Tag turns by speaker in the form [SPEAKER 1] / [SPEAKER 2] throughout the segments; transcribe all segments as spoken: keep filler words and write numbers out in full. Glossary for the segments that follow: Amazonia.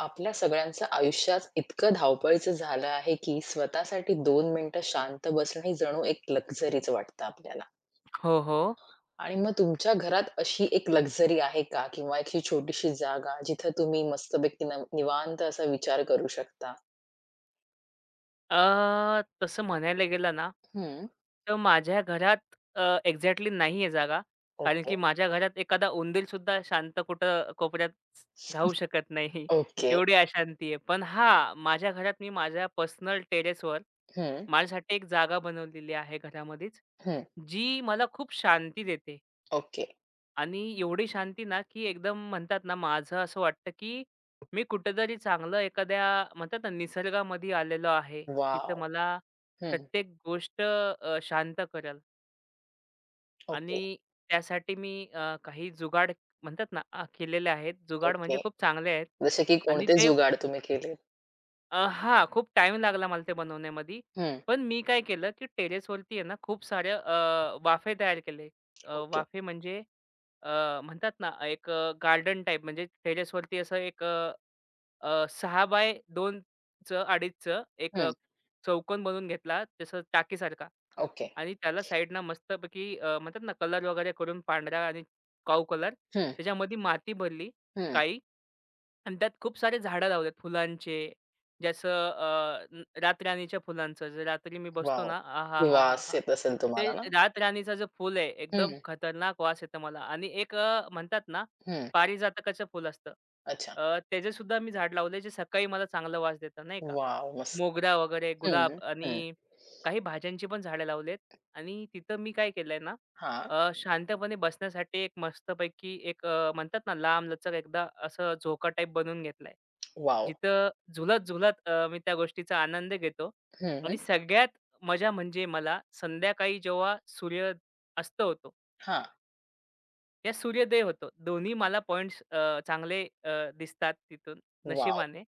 [SPEAKER 1] आपल्या सगळ्यांचं आयुष्यात इतकं धावपळीचं झालं आहे की स्वतःसाठी दोन मिनिटं शांत बसणं ही जणू एक लक्झरीच वाटतं आपल्याला.
[SPEAKER 2] हो, हो.
[SPEAKER 1] आणि मग तुमच्या घरात अशी एक लक्झरी आहे का? किंवा एक अशी छोटीशी जागा जिथं तुम्ही मस्तपैकी न निवांत असा विचार करू शकता?
[SPEAKER 2] अ, तसं म्हणायला गेलं ना,
[SPEAKER 1] हं.
[SPEAKER 2] तर माझ्या घरात अ, एक्झॅक्टली नाही आहे जागा. कारण
[SPEAKER 1] ओके,
[SPEAKER 2] की माझ्या घरात एखादा उंदीरसुद्धा शांत कुठं कोपऱ्यात स- राहू शकत नाही.
[SPEAKER 1] ओके.
[SPEAKER 2] एवढी अशांती आहे. पण हां, माझ्या घरात मी माझ्या पर्सनल टेरेसवर
[SPEAKER 1] हं,
[SPEAKER 2] माझ्यासाठी एक जागा बनवलेली आहे घरामध्येच,
[SPEAKER 1] हं.
[SPEAKER 2] जी मला खूप शांती देते.
[SPEAKER 1] ओके.
[SPEAKER 2] आणि एवढी शांती ना, की एकदम म्हणतात ना, माझं असं वाटतं, की मी कुठेतरी चांगलं एखाद्या म्हणतात ना, निसर्गामध्ये आलेलो आहे. तिथं
[SPEAKER 1] वॉव!
[SPEAKER 2] मला
[SPEAKER 1] हं.
[SPEAKER 2] प्रत्येक गोष्ट अ, शांत करेल
[SPEAKER 1] ओके,
[SPEAKER 2] आणि त्यासाठी मी अ, काही जुगाड म्हणतात ना, अ, केलेले आहेत. जुगाड
[SPEAKER 1] ओके.
[SPEAKER 2] म्हणजे खूप चांगले आहेत
[SPEAKER 1] जसे की
[SPEAKER 2] आणि
[SPEAKER 1] कोणते
[SPEAKER 2] ते
[SPEAKER 1] जुगाड तुम्ही केलेत?
[SPEAKER 2] अ, हां, खूप टाईम लागला मला ते बनवण्यामध्ये.
[SPEAKER 1] हं.
[SPEAKER 2] पण मी काय केलं, की टेरेसवरती आहे ना खूप साऱ्या अ, वाफे तयार केले. अ,
[SPEAKER 1] ओके.
[SPEAKER 2] वाफे म्हणजे अ, म्हणतात ना एक गार्डन टाईप म्हणजे टेरेसवरती असं एक अ, अ, सहा बाय दोन चं एक अ,
[SPEAKER 1] हं.
[SPEAKER 2] चौकोन बनवून घेतला जसं टाकीसारखा.
[SPEAKER 1] ओके.
[SPEAKER 2] आणि त्याला साईडनं मस्तपैकी अ, म्हणतात ना कलर वगैरे करून पांढरा आणि काऊ कलर,
[SPEAKER 1] हं.
[SPEAKER 2] त्याच्यामध्ये माती भरली,
[SPEAKER 1] हं.
[SPEAKER 2] काळी. आणि त्यात खूप सारे झाडं लावलेत फुलांचे. ज्याचं अ, न रातराणीच्या फुलांचं. जे रात्री मी बसतो
[SPEAKER 1] वॉव!
[SPEAKER 2] ना,
[SPEAKER 1] वास
[SPEAKER 2] आहाहाहा!
[SPEAKER 1] येत असेल
[SPEAKER 2] ते
[SPEAKER 1] तुम्हाला ना?
[SPEAKER 2] रातराणीचं जे फूल आहे, एकदम खतरनाक वास येतो मला आणि एक अ, म्हणतात ना,
[SPEAKER 1] हं.
[SPEAKER 2] पारिजातकाचं फूल असतं.
[SPEAKER 1] अच्छा.
[SPEAKER 2] अ, त्याचे सुद्धा मी झाड लावले, जे सकाळी मला चांगला वास देतं, नाही का?
[SPEAKER 1] वॉव! मस्त.
[SPEAKER 2] मोगरा वगैरे, गुलाब
[SPEAKER 1] हं, हं.
[SPEAKER 2] आणि काही भाज्यांची पण झाडं लावलेत आणि तिथं मी काय केलंय ना,
[SPEAKER 1] हां.
[SPEAKER 2] अ, शांतपणे बसण्यासाठी एक मस्तपैकी एक अ, म्हणतात ना, लांबलचक एकदा असं झोका टाईप बनवून घेतलाय.
[SPEAKER 1] वॉव!
[SPEAKER 2] जिथं झुलत-झुलत अ, मी त्या गोष्टीचा आनंद घेतो आणि
[SPEAKER 1] हं.
[SPEAKER 2] सगळ्यात मजा म्हणजे मला संध्याकाळी जेव्हा सूर्य अस्त होतो.
[SPEAKER 1] हां.
[SPEAKER 2] या सूर्योदय होतो. दोन्ही मला पॉइंट्स अ, चांगले अ, दिसतात तिथून
[SPEAKER 1] वॉव!
[SPEAKER 2] नशिबाने.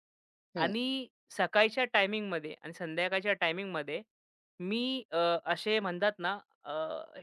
[SPEAKER 1] हं.
[SPEAKER 2] आणि सकाळच्या टायमिंगमध्ये आणि संध्याकाळच्या टायमिंगमध्ये मी अ, असे म्हणतात ना अ,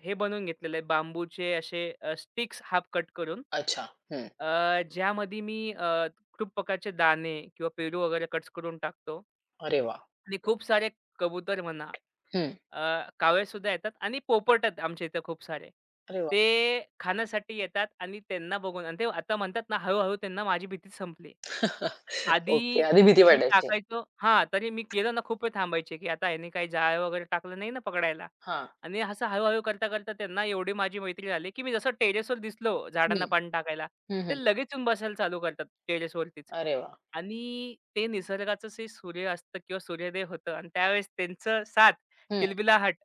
[SPEAKER 2] हे बनवून घेतलेले बांबूचे असे स्टिक्स हाफ कट करून,
[SPEAKER 1] अच्छा. हं.
[SPEAKER 2] अ, ज्यामध्ये मी अ, खूप प्रकारचे दाणे किंवा पेरू वगैरे कट्स करून टाकतो.
[SPEAKER 1] अरे वाह!
[SPEAKER 2] आणि खूप सारे कबूतर म्हणा,
[SPEAKER 1] हं.
[SPEAKER 2] अ, कावळेसुद्धा येतात आणि पोपट आहेत आमच्या इथे खूप सारे.
[SPEAKER 1] अरे वाह!
[SPEAKER 2] ते खाण्यासाठी येतात आणि त्यांना बघून आणि ते आता म्हणतात ना, हळू-हळू त्यांना माझी भीतीच संपली.
[SPEAKER 1] ओके.
[SPEAKER 2] आधी
[SPEAKER 1] आधी भीती
[SPEAKER 2] मी
[SPEAKER 1] वाटायची.
[SPEAKER 2] टाकायचो हां, तरी मी केलं ना, खूप वेळ थांबायचे, की आता ह्याने काही जाळ वगैरे टाकलं नाही ना पकडायला.
[SPEAKER 1] हां.
[SPEAKER 2] आणि असं हळू-हळू करता-करता त्यांना एवढी माझी मैत्री झाली, की मी जसं टेरेसवर दिसलो झाडांना
[SPEAKER 1] हं,
[SPEAKER 2] पाणी टाकायला,
[SPEAKER 1] हं, हं.
[SPEAKER 2] ते लगेच येऊन बसायला चालू करतात टेरेसवरतीच.
[SPEAKER 1] अरे वाह!
[SPEAKER 2] आणि ते निसर्गाचं जे सूर्य असतं किंवा सूर्योदय होतं आणि त्यावेळेस त्यांचं साथ,
[SPEAKER 1] हं.
[SPEAKER 2] किलबिलाहट,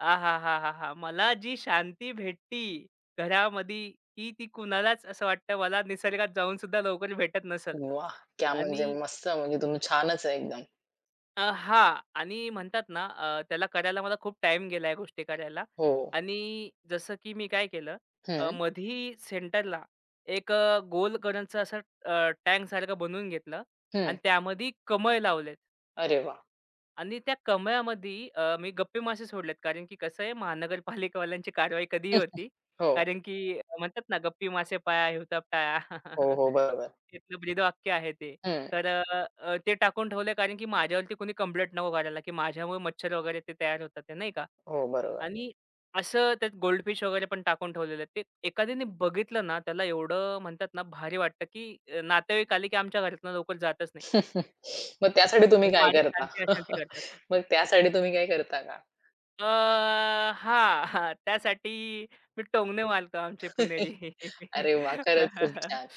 [SPEAKER 2] आहाहाहाहा! मला जी शांती भेटती घरामध्ये, की ती कुणालाच असं वाटतं मला निसर्गात जाऊन सुद्धा लवकर भेटत नसल.
[SPEAKER 1] वाह! क्या म्हणजे
[SPEAKER 2] आणि
[SPEAKER 1] मस्त म्हणजे तुम्ही छानच आहे एकदम.
[SPEAKER 2] अ, हां. आणि म्हणतात ना अ, त्याला करायला मला खूप टाईम गेला या गोष्टी करायला.
[SPEAKER 1] हो.
[SPEAKER 2] आणि जसं की मी काय केलं, अ,
[SPEAKER 1] हं,
[SPEAKER 2] मधी सेंटरला एक अ, गोल करंचा असा अ, टँकसारखं बनवून घेतलं
[SPEAKER 1] हं.
[SPEAKER 2] आणि त्यामध्ये कमळ लावलेत.
[SPEAKER 1] अरे वाह!
[SPEAKER 2] आणि त्या कमळामध्ये अ, मी गप्पे मासे सोडलेत. कारण की कसं आहे, महानगरपालिकावाल्यांची कारवाई कधीही होती.
[SPEAKER 1] हो.
[SPEAKER 2] कारण की म्हणतात ना, गप्पी मासे पाया, हिवताप टाळा.
[SPEAKER 1] हो, हो. बरोबर.
[SPEAKER 2] तिथलं ब्रीदवाक्य आहे ते.
[SPEAKER 1] हं.
[SPEAKER 2] तर अ, अ, ते टाकून ठेवलं कारण की माझ्यावरती कोणी कंप्लेंट नको करायला, की माझ्यामुळे मच्छर वगैरे ते तयार होतात ते नाही का.
[SPEAKER 1] हो, बरोबर.
[SPEAKER 2] आणि असं त्यात गोल्डफिश वगैरे पण टाकून ठेवलेलं, ते एखाद्याने बघितलं ना, त्याला एवढं म्हणतात ना, भारी वाटतं, की अ, नातेवाईक आले, की आमच्या घरातनं लवकर जातच नाही
[SPEAKER 1] मग त्यासाठी तुम्ही
[SPEAKER 2] आणि
[SPEAKER 1] काय
[SPEAKER 2] माझी
[SPEAKER 1] करता?
[SPEAKER 2] शांती अशांती करतात.
[SPEAKER 1] मग त्यासाठी तुम्ही काय करता का?
[SPEAKER 2] अ, हां, हां. त्यासाठी मी टोंगणे मारतो आमचे पुणेरी.
[SPEAKER 1] अरे वाह! खरंच खूप छान.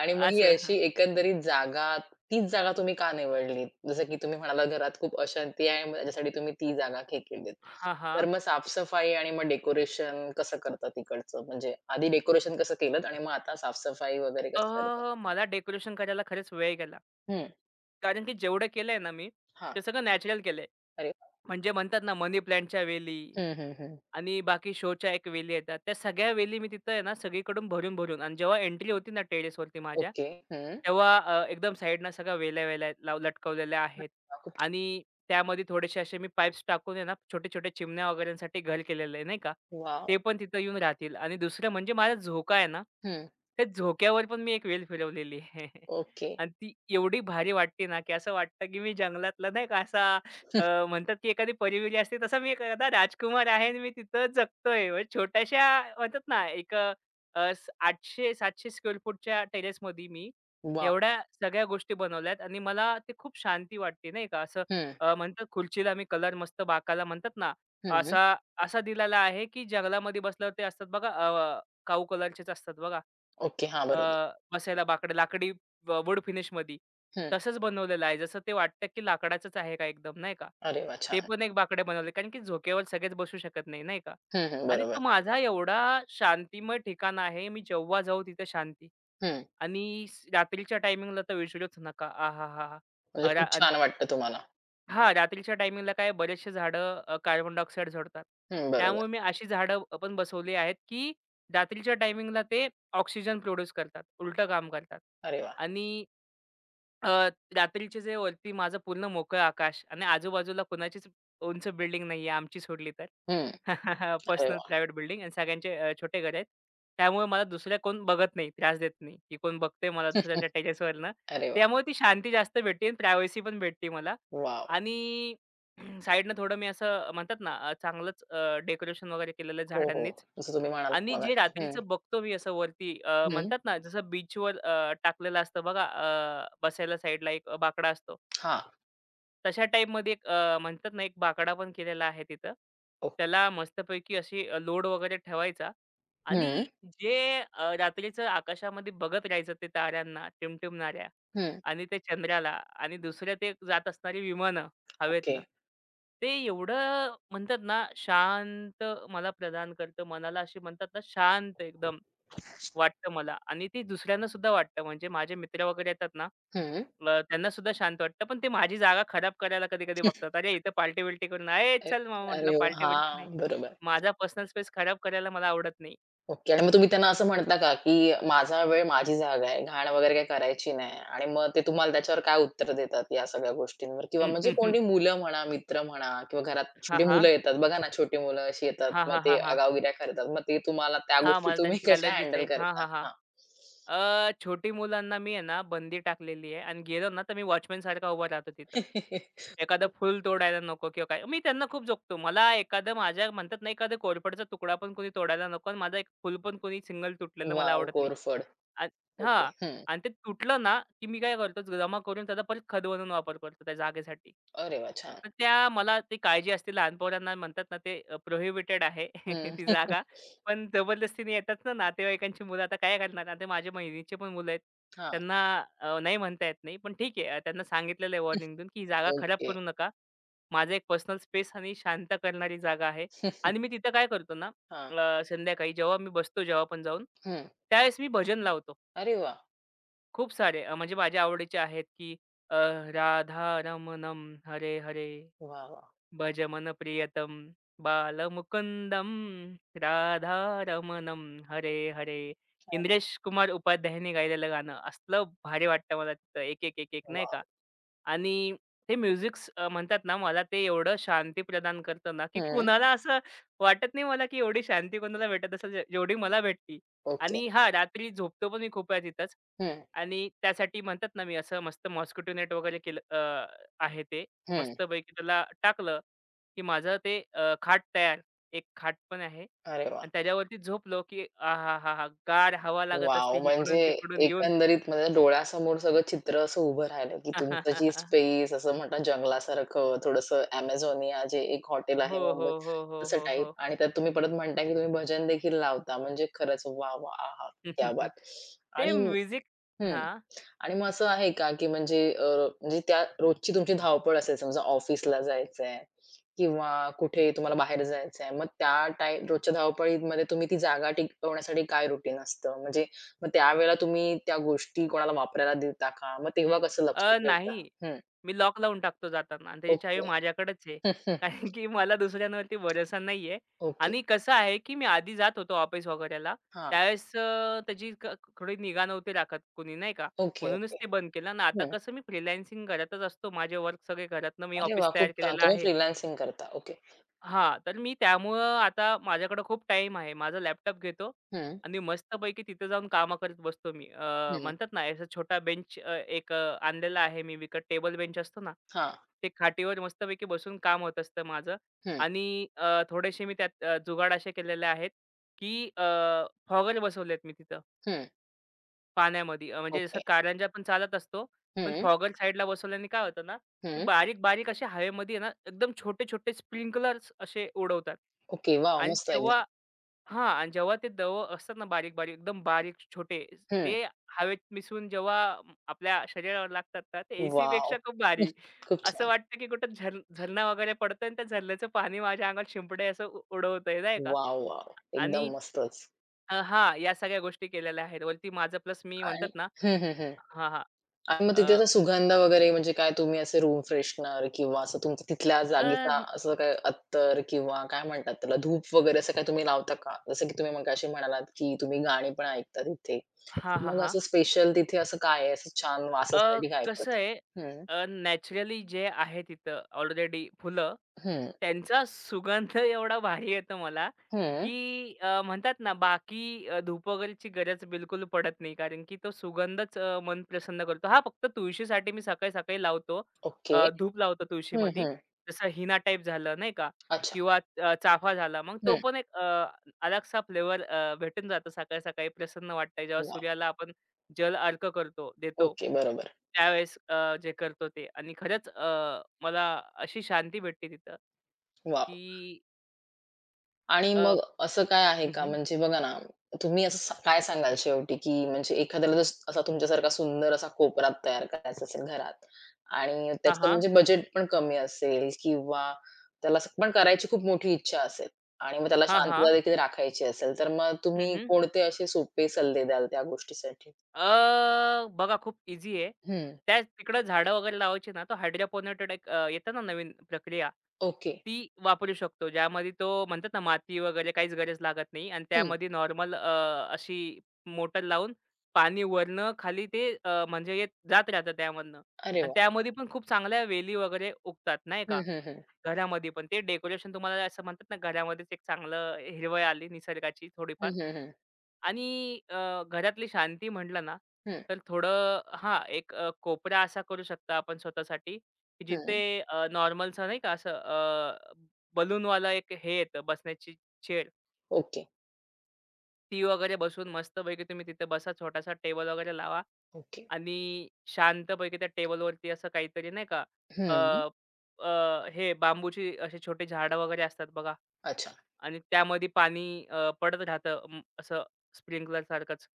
[SPEAKER 1] आणि मग ही
[SPEAKER 2] असं.
[SPEAKER 1] अशी एकंदरीत जागा, तीच जागा तुम्ही का निवडलीत? जसं की तुम्ही म्हणालात घरात खूप अशांती आहे, मग त्याच्यासाठी तुम्ही ती जागा हे केलीत.
[SPEAKER 2] हां,
[SPEAKER 1] तर
[SPEAKER 2] हां.
[SPEAKER 1] मग साफसफाई आणि मग डेकोरेशन कसं करता तिकडचं? म्हणजे आधी डेकोरेशन कसं केलंत आणि मग आता साफ वगैरे कसं करता?
[SPEAKER 2] अ, मला डेकोरेशन करायला खरंच वेळ गेला.
[SPEAKER 1] हं.
[SPEAKER 2] कारण की जेवढं केलंय ना मी,
[SPEAKER 1] हां.
[SPEAKER 2] ते सगळं नॅचरल केलंय.
[SPEAKER 1] अरे वाह!
[SPEAKER 2] म्हणजे म्हणतात ना मनी प्लांटच्या वेली
[SPEAKER 1] हं, हं, हं.
[SPEAKER 2] आणि बाकी शोच्या एक वेली येतात. त्या सगळ्या वेली मी तिथं आहे ना सगळीकडून भरून-भरून, आणि जेव्हा एंट्री होती ना टेरेसवरती माझ्या,
[SPEAKER 1] ओके. हं.
[SPEAKER 2] तेव्हा अ, एकदम साईडनं सगळ्या वेल्या-वेल्या लाव लटकवलेल्या आहेत.
[SPEAKER 1] वाह! खूप छान.
[SPEAKER 2] आणि त्यामध्ये थोडेसे असे मी पाईप्स टाकून आहे ना, छोटे-छोटे चिमण्या वगैरेंसाठी घर केलेलं आहे, नाही का.
[SPEAKER 1] वॉव!
[SPEAKER 2] ते पण तिथं येऊन राहतील आणि दुसरं म्हणजे माझा झोका आहे ना, त्या झोक्यावर पण मी एक वेल फिरवलेली आहे.
[SPEAKER 1] ओके.
[SPEAKER 2] आणि ती एवढी भारी वाटते ना, की असं वाटतं की मी जंगलातला नाही का, असा अ, म्हणतात की एखादी परिवेली असते, तसा मी एखादा राजकुमार आहे आणि मी तिथं जगतोय. म्हणजे छोट्याशा म्हणतात ना एक अ, अ, आठशे सातशे स्क्वेअर फूटच्या टेरेसमध्ये मी
[SPEAKER 1] वॉव!
[SPEAKER 2] एवढ्या सगळ्या गोष्टी बनवल्यात आणि मला ते खूप शांती वाटते नाही का. असं
[SPEAKER 1] हं,
[SPEAKER 2] अ, म्हणतात, खुर्चीला मी कलर मस्त बाकाला म्हणतात ना,
[SPEAKER 1] हं.
[SPEAKER 2] असा असा दिलेला आहे की जंगलामध्ये बसल्यावर ते असतात बघा, अ, काऊ कलरचेच असतात बघा.
[SPEAKER 1] ओके. हां,
[SPEAKER 2] अ,
[SPEAKER 1] बरोबर.
[SPEAKER 2] बसायला बाकडं लाकडी व फिनिश फिनिशमध्ये.
[SPEAKER 1] हं.
[SPEAKER 2] तसंच बनवलेलं आहे. जसं ते वाटतं की लाकडाचंच आहे का एकदम, नाही का.
[SPEAKER 1] अरे वाह!
[SPEAKER 2] ते
[SPEAKER 1] छान.
[SPEAKER 2] पण एक बाकडे बनवले कारण की झोक्यावर सगळेच बसू शकत नाही, नाही का.
[SPEAKER 1] हं, हं.
[SPEAKER 2] आणि
[SPEAKER 1] बरोबर.
[SPEAKER 2] तो माझा एवढा शांतिमय ठिकाण आहे. मी जेव्हा जाऊ तिथे शांती,
[SPEAKER 1] हं.
[SPEAKER 2] आणि स रात्रीच्या टायमिंगला तर विचारूच नका. आहाहाहा!
[SPEAKER 1] म्हणजे
[SPEAKER 2] रा
[SPEAKER 1] खूप छान वाटतं तुम्हाला.
[SPEAKER 2] हां, रात्रीच्या टायमिंगला काय बरेचसे झाडं अ, कार्बन डायऑक्साईड सोडतात.
[SPEAKER 1] हं,
[SPEAKER 2] त्यामुळे
[SPEAKER 1] बरोबर.
[SPEAKER 2] मी अशी झाडं पण बसवली आहेत, की रात्रीच्या टायमिंगला ते ऑक्सिजन प्रोड्यूस करतात. उलटं काम करतात.
[SPEAKER 1] अरे वाह!
[SPEAKER 2] आणि अ, रात्रीचे जे वरती माझं पूर्ण मोकळं आकाश, आणि आजूबाजूला कोणाचीच उंच बिल्डिंग नाहीये आमची सोडली तर.
[SPEAKER 1] हं, अरे
[SPEAKER 2] पर्सनल
[SPEAKER 1] वाह!
[SPEAKER 2] प्रायव्हेट बिल्डिंग आणि सगळ्यांचे अ, छोटे घर आहेत. त्यामुळे मला दुसऱ्या कोण बघत नाही, त्रास देत नाही, की कोण बघतंय मला दुसऱ्याच्या टेरेसवरनं.
[SPEAKER 1] अरे वाह!
[SPEAKER 2] त्यामुळे ती शांती जास्त भेटते, प्रायव्हसी पण भेटते मला.
[SPEAKER 1] वॉव!
[SPEAKER 2] आणि साईडनं थोडं मी असं म्हणतात ना, अ, चांगलंच डेकोरेशन वगैरे केलेलं आहे
[SPEAKER 1] हो,
[SPEAKER 2] झाडांनीच.
[SPEAKER 1] हो. जसं तुम्ही म्हणालात
[SPEAKER 2] आणि जे
[SPEAKER 1] मगाशी. हं,
[SPEAKER 2] रात्रीचं बघतो मी असं वरती, अ,
[SPEAKER 1] हं.
[SPEAKER 2] म्हणतात ना जसं बीचवर अ, टाकलेलं असतं बघा, अ, बसायला साईडला एक बाकडा असतो.
[SPEAKER 1] हां.
[SPEAKER 2] तशा टाईपमध्ये एक अ, म्हणतात ना, एक बाकडा पण केलेला आहे तिथं.
[SPEAKER 1] ओ
[SPEAKER 2] त्याला मस्तपैकी अशी अ, लोड वगैरे ठेवायचा आणि
[SPEAKER 1] हं,
[SPEAKER 2] जे अ, रात्रीचं आकाशामध्ये बघत राहायचं, ते ताऱ्यांना, टिमटिमणाऱ्या
[SPEAKER 1] हं.
[SPEAKER 2] आणि ते चंद्राला आणि दुसरं ते जात असणारी विमानं
[SPEAKER 1] ओके.
[SPEAKER 2] हवेतनं. ते एवढं म्हणतात ना, शांत मला प्रदान करतं. मनाला अशी म्हणतात ना, शांत एकदम वाटतं मला, आणि ते दुसऱ्यांना सुद्धा वाटतं. म्हणजे माझे मित्र वगैरे येतात ना,
[SPEAKER 1] हं.
[SPEAKER 2] अ, त्यांना सुद्धा शांत वाटतं. पण ते माझी जागा खराब करायला कधी-कधी बघतात. "अरे, इथं पार्टी-बिल्टी करून अये,
[SPEAKER 1] अ,
[SPEAKER 2] चल मग."
[SPEAKER 1] अरे
[SPEAKER 2] म्हटलं, "पार्टी-बिल्टी नाही."
[SPEAKER 1] हां, बरोबर.
[SPEAKER 2] माझा पर्सनल स्पेस खराब करायला मला आवडत नाही.
[SPEAKER 1] ओके आणि मग तुम्ही त्यांना असं म्हणता का, की माझा वेळ माझी जागा आहे, घाण वगैरे काही करायची नाही आणि मग ते तुम्हाला त्याच्यावर काय उत्तर देतात या सगळ्या गोष्टींवर किंवा म्हणजे कोणी मुलं म्हणा, मित्र म्हणा किंवा घरात
[SPEAKER 2] हां,
[SPEAKER 1] छोटी मुलं
[SPEAKER 2] हां.
[SPEAKER 1] येतात. बघा ना, छोटी मुलं अशी येतात.
[SPEAKER 2] हां,
[SPEAKER 1] मग
[SPEAKER 2] हां,
[SPEAKER 1] ते
[SPEAKER 2] हां, हां.
[SPEAKER 1] आगाऊगिऱ्या करतात. मग ते तुम्हाला त्या
[SPEAKER 2] हां,
[SPEAKER 1] गोष्टी
[SPEAKER 2] मला
[SPEAKER 1] तुम्ही
[SPEAKER 2] त्यांची
[SPEAKER 1] कशा
[SPEAKER 2] एलर्जीच
[SPEAKER 1] हँडल
[SPEAKER 2] आहे. हां,
[SPEAKER 1] करता?
[SPEAKER 2] हां, हां.
[SPEAKER 1] हां.
[SPEAKER 2] अ, छोटी मुलांना मी आहे ना बंदी टाकलेली आहे, आणि गेलो ना तर मी वॉचमन सारखा उभा राहतो तिथं. एखादं फुल तोडायला नको किंवा काय. मी त्यांना खूप जोखतो. मला एखादं माझ्या म्हणतात ना एखादं कोरफडचा तुकडा पण कोणी तोडायला नको आणि माझा एक फुल पण कोणी सिंगल तुटलेलं मला
[SPEAKER 1] वाव
[SPEAKER 2] आवडत नाही.
[SPEAKER 1] कोरफड.
[SPEAKER 2] अ
[SPEAKER 1] ओके.
[SPEAKER 2] हां.
[SPEAKER 1] हं.
[SPEAKER 2] आणि ते तुटलं ना, की मी काय करतो, जमा करून त्याचा परत खत बनवून वापर करतो त्या जागेसाठी.
[SPEAKER 1] अरे वाह! छान.
[SPEAKER 2] तर त्या मला ती काळजी असते, लहान पोरांना म्हणतात ना ते प्रोहिबिटेड आहे ती
[SPEAKER 1] हं.
[SPEAKER 2] जागा. पण जबरदस्तीने येतात ना नातेवाईकांची मुलं, आता काय करणार? आता माझ्या बहिणीचे पण मुलं आहेत.
[SPEAKER 1] हां.
[SPEAKER 2] त्यांना अ, नाही म्हणता येत नाही. पण ठीक आहे, अ, त्यांना सांगितलेलं आहे वॉर्निंग देऊन, की ही जागा खराब
[SPEAKER 1] ओके.
[SPEAKER 2] करू नका. माझा एक पर्सनल स्पेस आणि शांत करणारी जागा आहे. आणि मी तिथं काय करतो ना,
[SPEAKER 1] हां.
[SPEAKER 2] अ, संध्याकाळी जेव्हा मी बसतो जेव्हा पण जाऊन,
[SPEAKER 1] हं.
[SPEAKER 2] त्यावेळेस मी भजन लावतो.
[SPEAKER 1] अरे वाह!
[SPEAKER 2] खूप सारे अ, म्हणजे माझ्या आवडीचे आहेत, की अ, राधा रमणम हरे हरे.
[SPEAKER 1] वाह, वाह!
[SPEAKER 2] भज मन प्रियतम, बालमुकुंदम, राधारमणम, हरे हरे. इंद्रेश कुमार उपाध्यायने गायलेलं गाणं असलं भारी वाटतं मला तिथं, एक एक एक एक नाही का.
[SPEAKER 1] वॉव!
[SPEAKER 2] आणि ते म्युझिक म्हणतात ना, मला ते एवढं शांती प्रदान करतं ना, की
[SPEAKER 1] हं.
[SPEAKER 2] कुणाला असं वाटत नाही मला, की एवढी शांती कोणाला भेटत असेल जे- जेवढी मला भेटती.
[SPEAKER 1] ओके.
[SPEAKER 2] आणि हा, रात्री झोपतो पण मी खूप वेळा तिथंच,
[SPEAKER 1] हं,
[SPEAKER 2] आणि त्यासाठी म्हणतात ना मी असं मस्त मॉस्किटो नेट वगैरे केलं, अ, आहे ते
[SPEAKER 1] हं.
[SPEAKER 2] मस्तपैकी त्याला टाकलं, की माझं ते अ, खाट तयार. एक खाट पण आहे
[SPEAKER 1] अरे वाह!
[SPEAKER 2] आणि त्याच्यावरती झोपलो, की आहाहाहा! गार हवा लागत
[SPEAKER 1] वॉव!
[SPEAKER 2] असते
[SPEAKER 1] म्हणजे
[SPEAKER 2] इकडून-तिकडून येऊन.
[SPEAKER 1] एकंदरीत म्हणजे डोळ्यासमोर सगळं चित्र असं उभं राहिलं, की तुमचं जी स्पेस असं म्हणतात जंगलासारखं थोडंसं Amazonia जे एक हॉटेल आहे
[SPEAKER 2] हो, हो,
[SPEAKER 1] मुंबईत,
[SPEAKER 2] हो, हो,
[SPEAKER 1] तसं
[SPEAKER 2] हो,
[SPEAKER 1] टाईप
[SPEAKER 2] हो.
[SPEAKER 1] आणि त्यात तुम्ही परत म्हणताय, की तुम्ही भजन देखील लावता. म्हणजे खरंच वाह, वाह! आहा! क्या बात!
[SPEAKER 2] ते
[SPEAKER 1] आणि
[SPEAKER 2] म्युझिक
[SPEAKER 1] हं.
[SPEAKER 2] हां.
[SPEAKER 1] आणि मग असं आहे का, की म्हणजे अ, म्हणजे त्या रोजची तुमची धावपळ असेल समजा ऑफिसला जायचंय किंवा कुठे तुम्हाला बाहेर जायचंय. मग त्या टाईम रोजच्या धावपळीमध्ये तुम्ही ती जागा टिकवण्यासाठी काय रुटीन असतं? म्हणजे मग त्यावेळेला तुम्ही त्या गोष्टी कोणाला वापरायला देता का? मग तेव्हा कसं लक्ष
[SPEAKER 2] अ,
[SPEAKER 1] ठेवता?
[SPEAKER 2] नाही.
[SPEAKER 1] हं.
[SPEAKER 2] मी लॉक लावून टाकतो जाताना, आणि त्याची चावी
[SPEAKER 1] ओके.
[SPEAKER 2] माझ्याकडेच आहे.
[SPEAKER 1] हं, हं,
[SPEAKER 2] कारण की मला दुसऱ्यांवरती भरोसा नाहीये.
[SPEAKER 1] ओके.
[SPEAKER 2] आणि कसं आहे, की मी आधी जात होतो ऑफिस वगैरेला.
[SPEAKER 1] हां.
[SPEAKER 2] त्यावेळेस अ, त्याची क थोडी निगा नव्हती राखत कोणी, नाही का.
[SPEAKER 1] ओके,
[SPEAKER 2] म्हणूनच
[SPEAKER 1] ओके.
[SPEAKER 2] ते बंद केलं आणि आता
[SPEAKER 1] हं.
[SPEAKER 2] कसं मी फ्रीलान्सिंग घरातच असतो. माझे वर्क सगळे घरातनं, मी
[SPEAKER 1] अरे
[SPEAKER 2] ऑफिस
[SPEAKER 1] वाह! खूप
[SPEAKER 2] तयार
[SPEAKER 1] छान.
[SPEAKER 2] केलेलं
[SPEAKER 1] तुम्ही
[SPEAKER 2] आहे.
[SPEAKER 1] फ्रीलान्सिंग करता. ओके.
[SPEAKER 2] हां, तर मी त्यामुळं आता माझ्याकडे खूप टाईम आहे. माझा लॅपटॉप घेतो
[SPEAKER 1] हं,
[SPEAKER 2] आणि मस्तपैकी तिथे जाऊन कामं करत बसतो मी. अ,
[SPEAKER 1] हं.
[SPEAKER 2] म्हणतात ना, असा छोटा बेंच एक अ, आणलेला आहे मी विकत. टेबल बेंच असतो ना,
[SPEAKER 1] हां.
[SPEAKER 2] ते खाटीवर मस्तपैकी बसून काम होत असतं माझं.
[SPEAKER 1] हं,
[SPEAKER 2] आणि अ, थोडेसे मी त्यात अ, जुगाड असे केलेले आहेत, की अ, फॉगर बसवलेत मी तिथं.
[SPEAKER 1] हं.
[SPEAKER 2] पाण्यामध्ये अ, म्हणजे जसं
[SPEAKER 1] ओके.
[SPEAKER 2] कारंजा पण चालत असतो. पण
[SPEAKER 1] हं,
[SPEAKER 2] फॉगर साइडला बसवल्याने काय होतं ना, ते
[SPEAKER 1] हं.
[SPEAKER 2] बारीक-बारीक असे हवेमध्ये आहे ना, एकदम छोटे-छोटे स्प्रिंकलर्स असे उडवतात.
[SPEAKER 1] ओके. वॉव!
[SPEAKER 2] आणि
[SPEAKER 1] मस्त एकदम.
[SPEAKER 2] जेव्हा हां. आणि जेव्हा ते दव असतात ना बारीक-बारीक, एकदम बारीक छोटे,
[SPEAKER 1] हं.
[SPEAKER 2] ते हवेत मिसळून जेव्हा म- आपल्या शरीरावर लागतात ना, ते
[SPEAKER 1] वॉव!
[SPEAKER 2] एसीपेक्षा खूप
[SPEAKER 1] हं,
[SPEAKER 2] भारी.
[SPEAKER 1] खूप
[SPEAKER 2] असं
[SPEAKER 1] छान.
[SPEAKER 2] वाटतं की कुठं झर झरणा वगैरे पडतोय, आणि त्या झरण्याचं पाणी माझ्या अंगावर शिंपडे असं उ उडवतंय, नाही का.
[SPEAKER 1] वॉव! वॉव! एकदम
[SPEAKER 2] आणि
[SPEAKER 1] मस्तच.
[SPEAKER 2] अ, हां. या सगळ्या गोष्टी केलेल्या आहेत वरती माझं, प्लस मी
[SPEAKER 1] आणि
[SPEAKER 2] म्हणतात ना
[SPEAKER 1] हं, हं, हं.
[SPEAKER 2] हां, हां.
[SPEAKER 1] आणि मग तिथे
[SPEAKER 2] अ,
[SPEAKER 1] असा सुगंध वगैरे म्हणजे काय तुम्ही असे रूम फ्रेशनर किंवा असं तुमच्या तिथल्या
[SPEAKER 2] अ,
[SPEAKER 1] जागेचा असं काय अत्तर किंवा काय म्हणतात त्याला धूप वगैरे असं काय तुम्ही लावता का? जसं की तुम्ही मगाशी म्हणालात, की तुम्ही गाणी पण ऐकता तिथे.
[SPEAKER 2] हां, हां,
[SPEAKER 1] मग
[SPEAKER 2] हां.
[SPEAKER 1] असं स्पेशल तिथे असं काय आहे? असं छान
[SPEAKER 2] अ,
[SPEAKER 1] वासासाठी काय
[SPEAKER 2] कसं
[SPEAKER 1] करता?
[SPEAKER 2] आहे,
[SPEAKER 1] हं,
[SPEAKER 2] अ, नॅचरली जे आहे तिथं ऑलरेडी फुलं,
[SPEAKER 1] हं,
[SPEAKER 2] त्यांचा सुगंध एवढा भारी येतो मला,
[SPEAKER 1] हं.
[SPEAKER 2] की अ, म्हणतात ना बाकी अ, धूप वगैरेची गरज बिलकुल पडत नाही. कारण की तो सुगंधच अ, मन प्रसन्न करतो. हां, फक्त तुळशीसाठी मी सकाळी-सकाळी लावतो.
[SPEAKER 1] ओके.
[SPEAKER 2] अ, धूप लावतो
[SPEAKER 1] हं,
[SPEAKER 2] तुळशीमध्ये.
[SPEAKER 1] हं.
[SPEAKER 2] जसं हिना टाईप झालं नाही का,
[SPEAKER 1] अच्छा.
[SPEAKER 2] किंवा अ, चाफा झाला. मग तो
[SPEAKER 1] हं.
[SPEAKER 2] पण एक अ, अलगसा फ्लेवर भेटून जातो सकाळी-सकाळी, प्रसन्न वाटतं. जेव्हा
[SPEAKER 1] वॉव!
[SPEAKER 2] सूर्याला आपण जल अर्क करतो देतो.
[SPEAKER 1] ओके. बरोबर.
[SPEAKER 2] त्यावेळेस अ, जे करतो ते, आणि खरंच अ, मला अशी शांती भेटते तिथं,
[SPEAKER 1] वॉव!
[SPEAKER 2] की
[SPEAKER 1] आणि
[SPEAKER 2] अ
[SPEAKER 1] मग असं काय आहे
[SPEAKER 2] हं,
[SPEAKER 1] का
[SPEAKER 2] हं.
[SPEAKER 1] म्हणजे बघा ना, तुम्ही असं सा काय सांगाल शेवटी, की म्हणजे एखाद्याला जर असा तुमच्यासारखा सुंदर असा कोपरा तयार करायचा असेल घरात आणि
[SPEAKER 2] हां,
[SPEAKER 1] त्याचं
[SPEAKER 2] हां.
[SPEAKER 1] म्हणजे बजेट पण कमी असेल किंवा त्याला असं पण करायची खूप मोठी इच्छा असेल आणि मग त्याला
[SPEAKER 2] हां,
[SPEAKER 1] शांतता
[SPEAKER 2] हां.
[SPEAKER 1] देखील राखायची असेल, तर मग
[SPEAKER 2] हं,
[SPEAKER 1] तुम्ही
[SPEAKER 2] हं.
[SPEAKER 1] कोणते असे सोपे सल्ले द्याल त्या गोष्टीसाठी?
[SPEAKER 2] अ, बघा, खूप ईझी आहे.
[SPEAKER 1] हं.
[SPEAKER 2] त्याच तिकडं झाडं वगैरे लावायची ना, तो हायड्रोपोनेटेड एक अ, येतं ना नवीन प्रक्रिया,
[SPEAKER 1] ओके.
[SPEAKER 2] ती वापरू शकतो. ज्यामध्ये तो म्हणतात ना, माती वगैरे काहीच गरज लागत नाही. आणि
[SPEAKER 1] हं.
[SPEAKER 2] त्यामध्ये नॉर्मल अशी मोटर लावून पाणी वरनं खाली ते अ, म्हणजे येत जात राहतं त्यामधनं.
[SPEAKER 1] अरे
[SPEAKER 2] आणि
[SPEAKER 1] वाह!
[SPEAKER 2] त्यामध्ये पण खूप चांगल्या वेली वगैरे उगतात, नाही का.
[SPEAKER 1] हं, हं, हं.
[SPEAKER 2] घरामध्ये पण ते डेकोरेशन तुम्हाला असं म्हणतात ना, घरामध्येच एक चांगलं हिरवळ आली निसर्गाची
[SPEAKER 1] हं,
[SPEAKER 2] थोडीफार.
[SPEAKER 1] हं, हं.
[SPEAKER 2] आणि अ, घरातली शांती म्हटलं ना,
[SPEAKER 1] हं,
[SPEAKER 2] तर थोडं हां, एक अ, कोपरा असा करू शकता आपण स्वतःसाठी, की जिथे अ, नॉर्मलचं, नाही का असं, अ, बलूनवाला एक हे येतं, बसण्याची चेअर.
[SPEAKER 1] ओके,
[SPEAKER 2] टी वगैरे बसून मस्तपैकी तुम्ही तिथे बसा, छोटासा टेबल वगैरे लावा,
[SPEAKER 1] ओके.
[SPEAKER 2] आणि शांतपैकी त्या टेबलवरती असं काहीतरी, नाही का, अ,
[SPEAKER 1] हं.
[SPEAKER 2] अ, हे बांबूची अशी छोटी झाडं वगैरे असतात बघा.
[SPEAKER 1] अच्छा.
[SPEAKER 2] आणि त्यामध्ये पाणी अ, पडत राहतं, अं, असं स्प्रिंकलरसारखंच.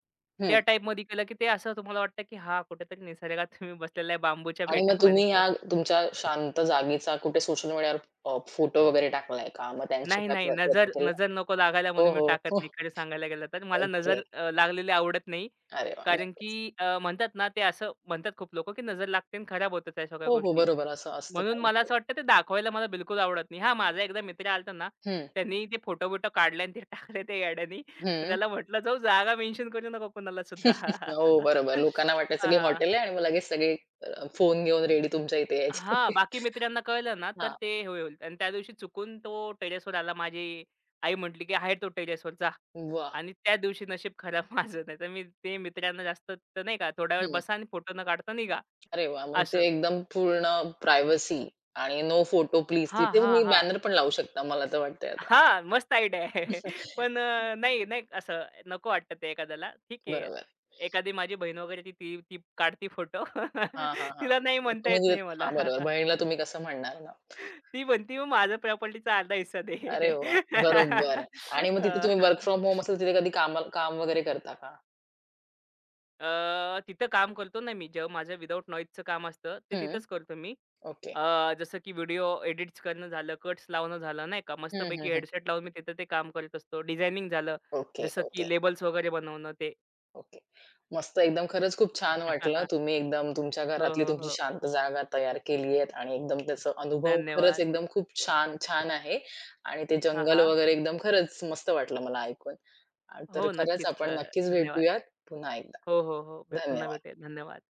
[SPEAKER 2] त्या टाईपमध्ये केलं, की ते असं तुम्हाला वाटतं, की हां, कुठेतरी निसर्गात तुम्ही बसलेला आहे बांबूच्या
[SPEAKER 1] आणि मग तुम्ही
[SPEAKER 2] बेटामध्ये.
[SPEAKER 1] ह्या तुमच्या शांत जागेचा कुठे सोशल मीडियावर अ, फोटो वगैरे टाकलाय का? मग त्यांची
[SPEAKER 2] नाही,
[SPEAKER 1] काय
[SPEAKER 2] नाही.
[SPEAKER 1] प्र
[SPEAKER 2] नजर
[SPEAKER 1] प्रतिक्रिया?
[SPEAKER 2] नजर नको लागायला
[SPEAKER 1] हो,
[SPEAKER 2] म्हणून मी
[SPEAKER 1] हो.
[SPEAKER 2] टाकत
[SPEAKER 1] हो.
[SPEAKER 2] नाही, खरं सांगायला गेलं तर. मला
[SPEAKER 1] ओके.
[SPEAKER 2] नजर अ, लागलेली आवडत नाही.
[SPEAKER 1] अरे वाह!
[SPEAKER 2] कारण की
[SPEAKER 1] नक्कीच.
[SPEAKER 2] अ, म्हणतात ना, ते असं म्हणतात खूप लोकं, की नजर लागते आणि खराब होतात त्या सगळ्या
[SPEAKER 1] हो, हो.
[SPEAKER 2] गोष्टी.
[SPEAKER 1] बरोबर असं असतं
[SPEAKER 2] म्हणून मला
[SPEAKER 1] काहींचं.
[SPEAKER 2] असं वाटतं, ते दाखवायला मला बिलकुल आवडत नाही. हां, माझा एकदा मित्र आला ना,
[SPEAKER 1] हं,
[SPEAKER 2] त्यांनी ते फोटो-बिटो काढले आणि ते टाकले त्या येड्यानी.
[SPEAKER 1] हं.
[SPEAKER 2] त्याला म्हटलं, "जाऊ जागा मेन्शन करू नको कुणाला सुद्धा."
[SPEAKER 1] हो, बरोबर. लोकांना वाटायचं
[SPEAKER 2] हां,
[SPEAKER 1] की
[SPEAKER 2] हां.
[SPEAKER 1] हॉटेल आहे आणि मग लगेच सगळे अ, फोन घेऊन रेडी तुमच्या इथे यायचे.
[SPEAKER 2] हां, बाकी मित्रांना कळलं ना, तर
[SPEAKER 1] हां.
[SPEAKER 2] ते हे होईल, आणि त्या दिवशी चुकून तो टेरेसवर आला. माझी आई म्हटली, की "आहे तो, टेरेसवर जा."
[SPEAKER 1] वाह!
[SPEAKER 2] आणि त्या दिवशी नशीब खराब माझं. नाहीतर मी ते मित्रांना जास्त तर नाही का, थोडा वेळ
[SPEAKER 1] हं.
[SPEAKER 2] बसा आणि फोटो न काढता निघा
[SPEAKER 1] अरे वाह! मग ते
[SPEAKER 2] असं.
[SPEAKER 1] एकदम पूर्ण प्रायव्हसी आणि नो फोटो प्लीज
[SPEAKER 2] हां,
[SPEAKER 1] तिथे
[SPEAKER 2] हां,
[SPEAKER 1] तुम्ही
[SPEAKER 2] हां.
[SPEAKER 1] बॅनर पण लावू शकता मला तर वाटतंय आता.
[SPEAKER 2] हां, मस्त आयडिया आहे. पण अ, नाही, नाही असं नको वाटतं ते एखाद्याला. ठीक आहे.
[SPEAKER 1] बरोबर.
[SPEAKER 2] एखादी माझी बहीण वगैरे ती ती ती काढती फोटो.
[SPEAKER 1] हां, हां, हां.
[SPEAKER 2] तिला नाही म्हणता
[SPEAKER 1] तुम्ही
[SPEAKER 2] येत नाही
[SPEAKER 1] तिथे
[SPEAKER 2] मला.
[SPEAKER 1] हां, बरोबर. बहिणीला तुम्ही कसं म्हणणार ना?
[SPEAKER 2] ती म्हणती, "मग माझ्या प्रॉपर्टीचा अर्धा हिस्सा दे."
[SPEAKER 1] अरे वाह! बरोबर आणि मग तिथे
[SPEAKER 2] अ,
[SPEAKER 1] तुम्ही वर्क फ्रॉम होम असेल तिथे कधी काम काम वगैरे करता का?
[SPEAKER 2] अ, तिथं काम करतो ना मी. जेव्हा माझं विदाऊट नॉईजचं काम असतं, ते
[SPEAKER 1] हं.
[SPEAKER 2] तिथंच करतो मी.
[SPEAKER 1] ओके.
[SPEAKER 2] अ, जसं की व्हिडिओ एडिट्स करणं झालं, कट्स लावणं झालं, नाही का.
[SPEAKER 1] हं, हं,
[SPEAKER 2] मस्तपैकी
[SPEAKER 1] हं.
[SPEAKER 2] हेडसेट लावून मी तिथं ते काम करत असतो. डिझायनिंग झालं,
[SPEAKER 1] ओके,
[SPEAKER 2] जसं
[SPEAKER 1] ओके,
[SPEAKER 2] की लेबल्स वगैरे बनवणं, ते.
[SPEAKER 1] ओके. मस्त एकदम खरंच खूप छान वाटलं. तुम्ही एकदम तुमच्या
[SPEAKER 2] हो,
[SPEAKER 1] घरातली
[SPEAKER 2] हो,
[SPEAKER 1] तुमची
[SPEAKER 2] हो.
[SPEAKER 1] शांत जागा तयार केली आहे आणि एकदम त्याचा अनुभव खरंच
[SPEAKER 2] धन्यवाद.
[SPEAKER 1] एकदम खूप छान छान आहे आणि ते
[SPEAKER 2] हां,
[SPEAKER 1] जंगल
[SPEAKER 2] हां.
[SPEAKER 1] वगैरे एकदम खरंच मस्त वाटलं मला ऐकून. आणि तर
[SPEAKER 2] हो,
[SPEAKER 1] खरंच
[SPEAKER 2] नक्कीच.
[SPEAKER 1] आपण
[SPEAKER 2] अ,
[SPEAKER 1] नक्कीच
[SPEAKER 2] धन्यवाद.
[SPEAKER 1] भेटूयात पुन्हा एकदा.
[SPEAKER 2] हो, हो, हो. भे पुन्हा
[SPEAKER 1] धन्यवाद.
[SPEAKER 2] भेटेल. धन्यवाद.